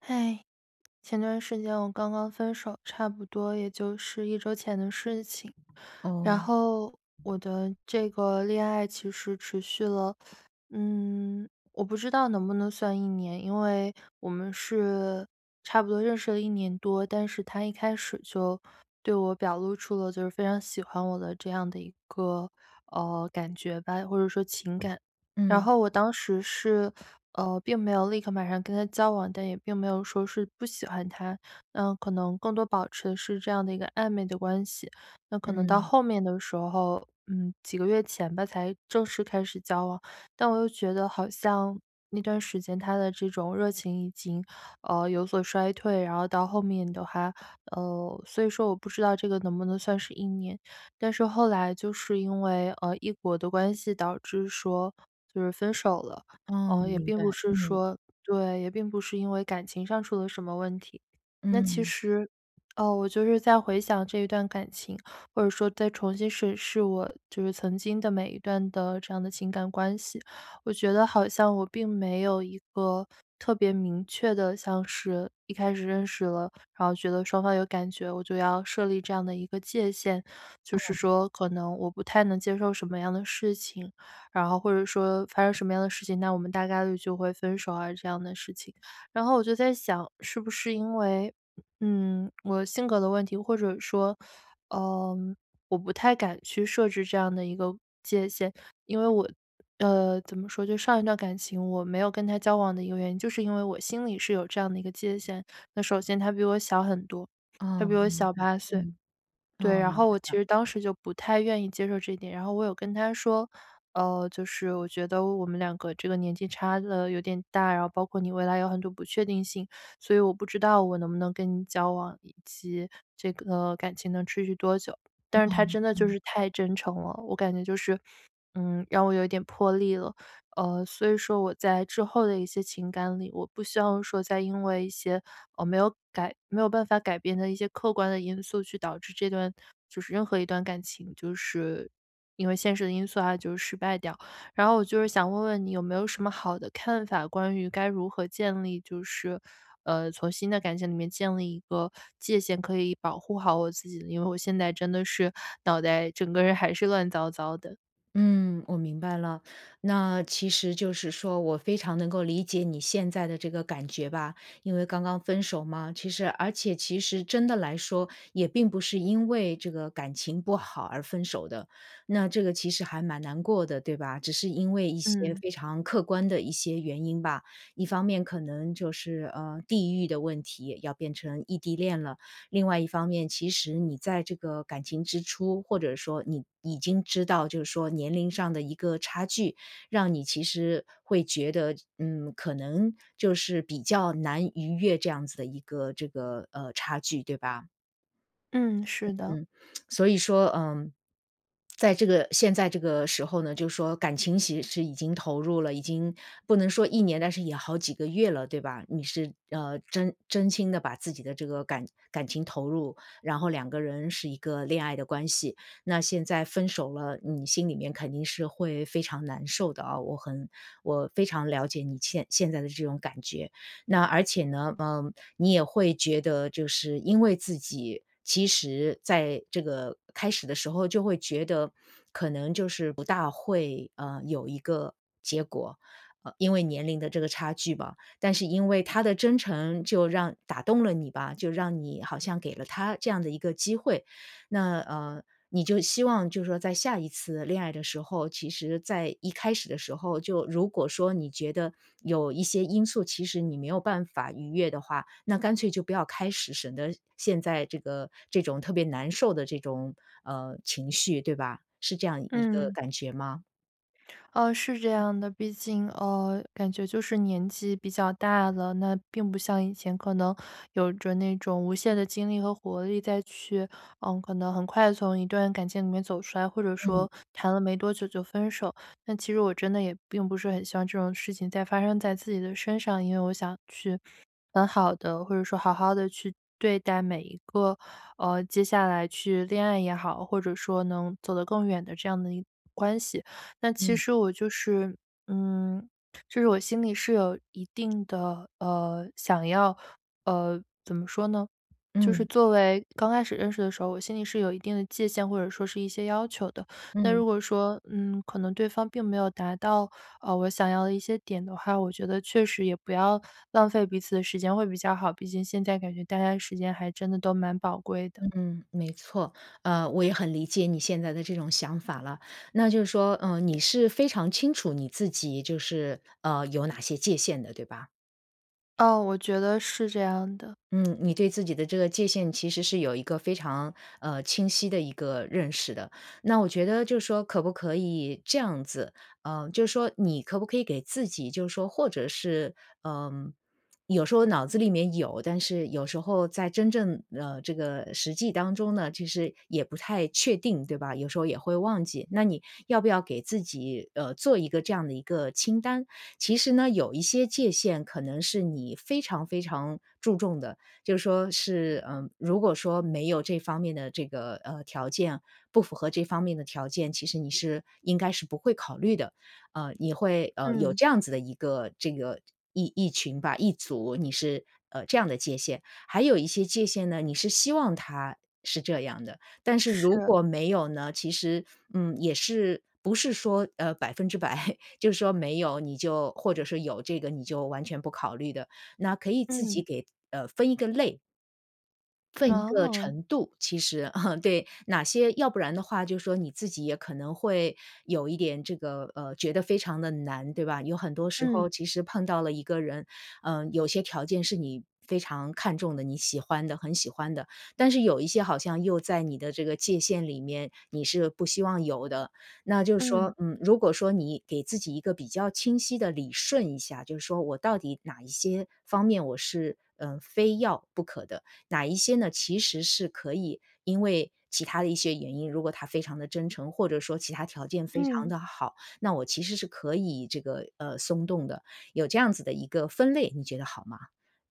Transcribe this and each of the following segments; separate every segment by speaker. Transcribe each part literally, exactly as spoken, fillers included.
Speaker 1: 嗨，前段时间我刚刚分手，差不多也就是一周前的事情。然
Speaker 2: 哦，
Speaker 1: 后我的这个恋爱其实持续了，嗯，我不知道能不能算一年，因为我们是差不多认识了一年多，但是他一开始就对我表露出了就是非常喜欢我的这样的一个呃感觉吧，或者说情感。然
Speaker 2: 嗯
Speaker 1: 后我当时是呃，并没有立刻马上跟他交往，但也并没有说是不喜欢他。那可能更多保持的是这样的一个暧昧的关系。那可能到
Speaker 2: 嗯，
Speaker 1: 后面的时候，嗯，几个月前吧，才正式开始交往。但我又觉得好像那段时间他的这种热情已经，呃，有所衰退。然后到后面的话，呃，所以说我不知道这个能不能算是一年。但是后来就是因为呃异国的关系，导致说就是分手了。
Speaker 2: 哦，
Speaker 1: 哦，也
Speaker 2: 明
Speaker 1: 并
Speaker 2: 白，
Speaker 1: 不是
Speaker 2: 嗯，
Speaker 1: 说对，也并不是因为感情上出了什么问题。那其
Speaker 2: 嗯，
Speaker 1: 实，哦，我就是在回想这一段感情，或者说再重新审视我就是曾经的每一段的这样的情感关系，我觉得好像我并没有一个特别明确的，像是一开始认识了，然后觉得双方有感觉，我就要设立这样的一个界限，就是
Speaker 2: 哦，
Speaker 1: 说可能我不太能接受什么样的事情，然后或者说发生什么样的事情，那我们大概率就会分手啊这样的事情。然后我就在想，是不是因为，嗯，我性格的问题，或者说，嗯，我不太敢去设置这样的一个界限，因为我。呃，怎么说？就上一段感情，我没有跟他交往的一个原因，就是因为我心里是有这样的一个界限。那首先，他比我小很多，他
Speaker 2: 哦，
Speaker 1: 比我
Speaker 2: 明
Speaker 1: 小
Speaker 2: 白，
Speaker 1: 八岁，
Speaker 2: 嗯，
Speaker 1: 对，
Speaker 2: 哦，
Speaker 1: 然
Speaker 2: 明
Speaker 1: 后我其
Speaker 2: 白了，
Speaker 1: 实当时就不太愿意接受这一点，然后我有跟他说，呃，就是我觉得我们两个这个年纪差的有点大，然后包括你未来有很多不确定性，所以我不知道我能不能跟你交往，以及这个感情能持续多久。但是
Speaker 2: 哦，
Speaker 1: 他真的就
Speaker 2: 嗯。
Speaker 1: 是太真诚了，我感觉就是，嗯，让我有一点破例了。呃，所以说我在之后的一些情感里，我不希望说再因为一些，呃，没有改没有办法改变的一些客观的因素去导致这段就是任何一段感情，就是因为现实的因素啊，就是失败掉。然后我就是想问问你有没有什么好的看法，关于该如何建立就是，呃，从新的感情里面建立一个界限，可以保护好我自己的，因为我现在真的是脑袋整个人还是乱糟糟的。
Speaker 2: 嗯，我明白了。那其实就是说我非常能够理解你现在的这个感觉吧，因为刚刚分手嘛，其实而且其实真的来说，也并不是因为这个感情不好而分手的，那这个其实还蛮难过的，对吧？只是因为一些
Speaker 1: 嗯，
Speaker 2: 非常客观的一些原因吧，一方面可能就是呃地域的问题要变成异地恋了，另外一方面，其实你在这个感情之初，或者说你已经知道，就是说年龄上的一个差距，让你其实会觉得，嗯，可能就是比较难逾越这样子的一个这个呃差距，对吧？
Speaker 1: 嗯，是的，
Speaker 2: 所以说，嗯，在这个现在这个时候呢，就是说感情其实已经投入了，已经不能说一年，但是也好几个月了，对吧？你是，呃，真真心的把自己的这个感感情投入，然后两个人是一个恋爱的关系。那现在分手了，你心里面肯定是会非常难受的啊，我很我非常了解你现现在的这种感觉。那而且呢，嗯，你也会觉得就是因为自己其实在这个开始的时候就会觉得可能就是不大会，呃，有一个结果，呃，因为年龄的这个差距吧。但是因为他的真诚就让打动了你吧，就让你好像给了他这样的一个机会，那呃，你就希望就是说在下一次恋爱的时候，其实在一开始的时候，就如果说你觉得有一些因素，其实你没有办法逾越的话，那干脆就不要开始，省得现在这个这种特别难受的这种呃情绪，对吧？是这样一个
Speaker 1: 嗯。
Speaker 2: 感觉吗？
Speaker 1: 呃，是这样的，毕竟呃，感觉就是年纪比较大了，那并不像以前可能有着那种无限的精力和活力再去，嗯，可能很快从一段感情里面走出来，或者
Speaker 2: 嗯
Speaker 1: 说谈了没多久就分手。那其实我真的也并不是很希望这种事情再发生在自己的身上，因为我想去很好的，或者说好好的去对待每一个，呃，接下来去恋爱也好，或者说能走得更远的这样的一关系。那其
Speaker 2: 嗯
Speaker 1: 实我就是，嗯，就是我心里是有一定的，呃，想要，呃，怎么说呢？就是
Speaker 2: 嗯
Speaker 1: 作为刚开始认识的时候，我心里是有一定的界限，或者说是一些要求的。那
Speaker 2: 嗯。
Speaker 1: 如果说，嗯，可能对方并没有达到，呃，我想要的一些点的话，我觉得确实也不要浪费彼此的时间会比较好，毕竟现在感觉大家时间还真的都蛮宝贵的。
Speaker 2: 嗯，没错，呃，我也很理解你现在的这种想法了。那就是说，嗯、你是非常清楚你自己就是呃有哪些界限的，对吧？
Speaker 1: 哦，我觉得是这样的。
Speaker 2: 嗯，你对自己的这个界限其实是有一个非常呃清晰的一个认识的。那我觉得就是说，可不可以这样子？嗯、就是说你可不可以给自己，就是说，或者是嗯、有时候脑子里面有，但是有时候在真正呃这个实际当中呢，其实也不太确定，对吧？有时候也会忘记。那你要不要给自己呃做一个这样的一个清单？其实呢，有一些界限可能是你非常非常注重的。就是说是，嗯，呃如果说没有这方面的这个，呃，条件，不符合这方面的条件，其实你是应该是不会考虑的。呃，你会，呃，有
Speaker 1: 嗯，
Speaker 2: 这样子的一个这个一一群吧，一组，你是，呃，这样的界限。还有一些界限呢，你是希望它是这样的，但是如
Speaker 1: 是，
Speaker 2: 果没有呢，其实，嗯，也是不是说，呃百分之百，就是说没有你就或者是有这个你就完全不考虑的。那可以自己
Speaker 1: 嗯，
Speaker 2: 给呃分一个类，分一个
Speaker 1: 哦。
Speaker 2: 程度，其实，对，哪些要不然的话，就是说你自己也可能会有一点这个，呃，觉得非常的难，对吧？有很多时
Speaker 1: 嗯
Speaker 2: 候其实碰到了一个人，嗯，有些条件是你非常看重的，你喜欢的，很喜欢的，但是有一些好像又在你的这个界限里面，你是不希望有的。那就是说，
Speaker 1: 嗯
Speaker 2: 嗯，如果说你给自己一个比较清晰的理顺一下，就是说我到底哪一些方面我是，嗯呃非要不可的，哪一些呢，其实是可以因为其他的一些原因，如果他非常的真诚，或者说其他条件非常
Speaker 1: 嗯，
Speaker 2: 的好，那我其实是可以这个，呃，松动的。有这样子的一个分类，你觉得好吗？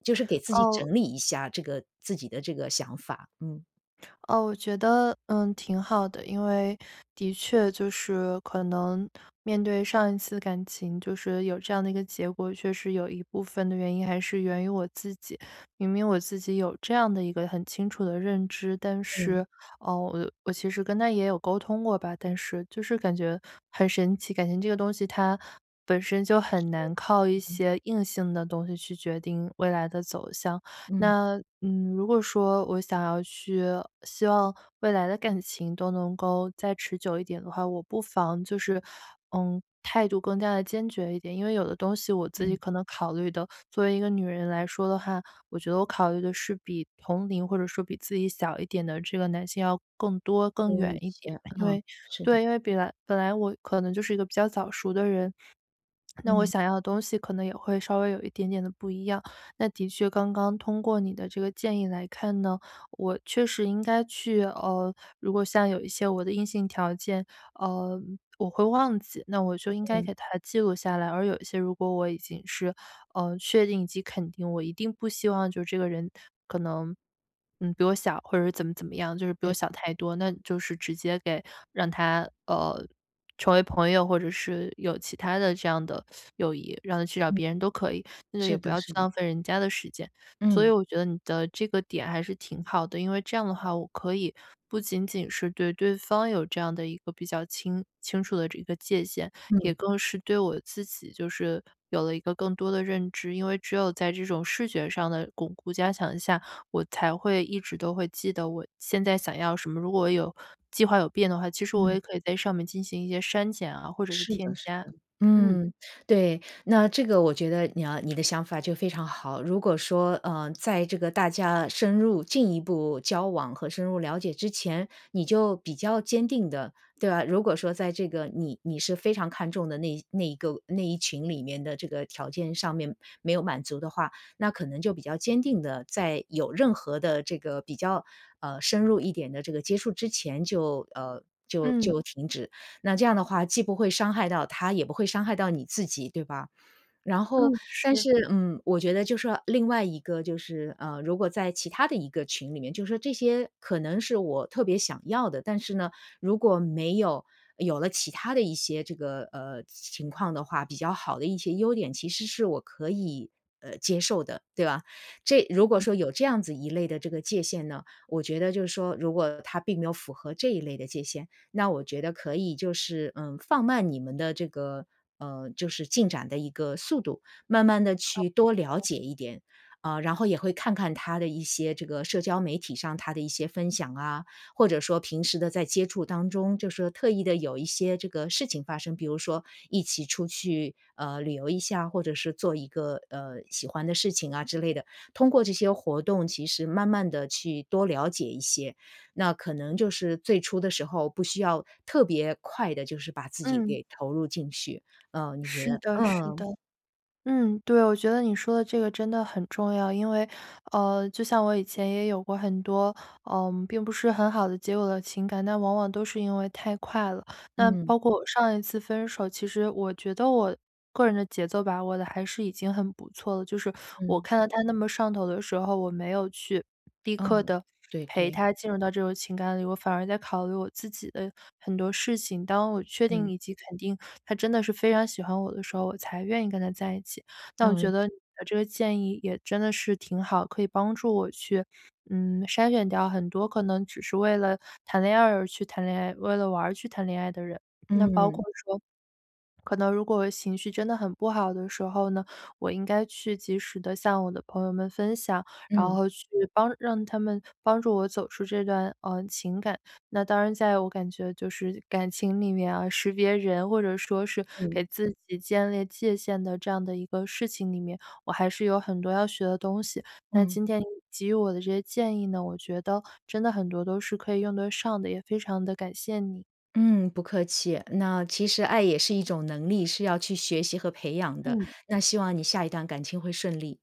Speaker 2: 就是给自己
Speaker 1: 哦
Speaker 2: 整理一下这个自己的这个想法，嗯，
Speaker 1: 哦，我觉得嗯挺好的，因为的确就是可能面对上一次感情，就是有这样的一个结果，确实有一部分的原因还是源于我自己。明明我自己有这样的一个很清楚的认知，但
Speaker 2: 嗯
Speaker 1: 是哦，我我其实跟他也有沟通过吧，但是就是感觉很神奇，感情这个东西它。本身就很难靠一
Speaker 2: 嗯，
Speaker 1: 些硬性的东西去决定未来的走向，
Speaker 2: 嗯
Speaker 1: 那嗯，如果说我想要去希望未来的感情都能够再持久一点的话，我不妨就是，嗯，态度更加的坚决一点。因为有的东西我自己
Speaker 2: 嗯，
Speaker 1: 可能考虑的，作为一个女人来说的话，我觉得我考虑的是比同龄或者说比自己小一点的这个男性要更多更
Speaker 2: 多一
Speaker 1: 远一点。
Speaker 2: 些，
Speaker 1: 因
Speaker 2: 嗯，
Speaker 1: 为
Speaker 2: 是的，
Speaker 1: 对，因为本来本来我可能就是一个比较早熟的人，那我
Speaker 2: 嗯
Speaker 1: 想要的东西可能也会稍微有一点点的不一样。那的确，刚刚通过你的这个建议来看呢，我确实应该去呃，如果像有一些我的硬性条件，呃，我会忘记，那我就应该
Speaker 2: 嗯，
Speaker 1: 给它记录下来。而有一些，如果我已经是呃确定以及肯定，我一定不希望就这个人可能。嗯，比我小，或者是怎么怎么样，就是比我
Speaker 2: 对，
Speaker 1: 小太多，那就是直接给让他呃成为朋友，或者是有其他的这样的友谊，让他去找
Speaker 2: 嗯，
Speaker 1: 别人都可以，那就也
Speaker 2: 是
Speaker 1: 不
Speaker 2: 的
Speaker 1: 要去
Speaker 2: 是的，
Speaker 1: 浪费人家的时间。所以
Speaker 2: 嗯
Speaker 1: 我觉得你的这个点还是挺好的，因为这样的话，我可以不仅仅是对对方有这样的一个比较清清楚的这个界限，也
Speaker 2: 嗯
Speaker 1: 更是对我自己就是有了一个更多的认知。因为只有在这种视觉上的巩固加强下，我才会一直都会记得我现在想要什么。如果我有计划有变的话，其实我
Speaker 2: 嗯。
Speaker 1: 也可以在上面进行一些删减啊，或者是
Speaker 2: 是的，
Speaker 1: 添
Speaker 2: 是
Speaker 1: 加。
Speaker 2: 的，
Speaker 1: 嗯。
Speaker 2: 嗯，对，那这个我觉得你要你的想法就非常好。如果说，呃，在这个大家深入进一步交往和深入了解之前，你就比较坚定的，对吧？如果说在这个你你是非常看重的那一那一个那一群里面的这个条件上面没有满足的话，那可能就比较坚定的，在有任何的这个比较呃深入一点的这个接触之前就呃就
Speaker 1: 嗯。
Speaker 2: 就停止。那这样的话，既不会伤害到他，也不会伤害到你自己，对吧？然后，
Speaker 1: 嗯，
Speaker 2: 但
Speaker 1: 是，
Speaker 2: 是，嗯，我觉得就是说另外一个就是，呃，如果在其他的一个群里面，就是说这些可能是我特别想要的，但是呢，如果没有有了其他的一些这个呃情况的话，比较好的一些优点，其实是我可以呃接受的，对吧？这如果说有这样子一类的这个界限呢，我觉得就是说，如果他并没有符合这一类的界限，那我觉得可以就是，嗯，放慢你们的这个，呃，就是进展的一个速度，慢慢的去多了解一点。啊，然后也会看看他的一些这个社交媒体上他的一些分享啊，或者说平时的在接触当中，就是特意的有一些这个事情发生，比如说一起出去，呃，旅游一下，或者是做一个，呃，喜欢的事情啊之类的。通过这些活动，其实慢慢的去多了解一些，那可能就是最初的时候不需要特别快的，就是把自己
Speaker 1: 嗯，
Speaker 2: 给投入进去，呃，你觉
Speaker 1: 是
Speaker 2: 得
Speaker 1: 的是的。
Speaker 2: 嗯，
Speaker 1: 嗯，对，我觉得你说的这个真的很重要。因为，呃，就像我以前也有过很多，嗯，并不是很好的结果的情感，但往往都是因为太快了。那
Speaker 2: 嗯，
Speaker 1: 包括我上一次分手，其实我觉得我个人的节奏把握的还是已经很不错了。就是我
Speaker 2: 嗯，
Speaker 1: 看到他那么上头的时候，我没有去立刻
Speaker 2: 嗯，
Speaker 1: 的
Speaker 2: 对
Speaker 1: 陪
Speaker 2: 对，
Speaker 1: 他进入到这种情感里，我反而在考虑我自己的很多事情。当我确
Speaker 2: 嗯，
Speaker 1: 定以及肯定他真的是非常喜欢我的时候，我才愿意跟他在一起。那我
Speaker 2: 嗯，
Speaker 1: 觉得你的这个建议也真的是挺好，可以帮助我去，嗯，筛选掉很多可能只是为了谈恋爱而去谈恋爱，为了玩儿去谈恋爱的人。那包
Speaker 2: 嗯，
Speaker 1: 括说可能如果情绪真的很不好的时候呢，我应该去及时的向我的朋友们分享，然
Speaker 2: 嗯，
Speaker 1: 后去帮让他们帮助我走出这段嗯，呃，情感。那当然在我感觉就是感情里面啊，识别人或者说是
Speaker 2: 嗯，
Speaker 1: 给自己建立界限的这样的一个事情里面，我还是有很多要学的东西。那
Speaker 2: 嗯，
Speaker 1: 今天你给予我的这些建议呢，我觉得真的很多都是可以用得上的，也非常的感谢你。
Speaker 2: 嗯，不客气。那其实爱也是一种能力，是要去学习和培养的，
Speaker 1: 嗯。
Speaker 2: 那希望你下一段感情会顺利。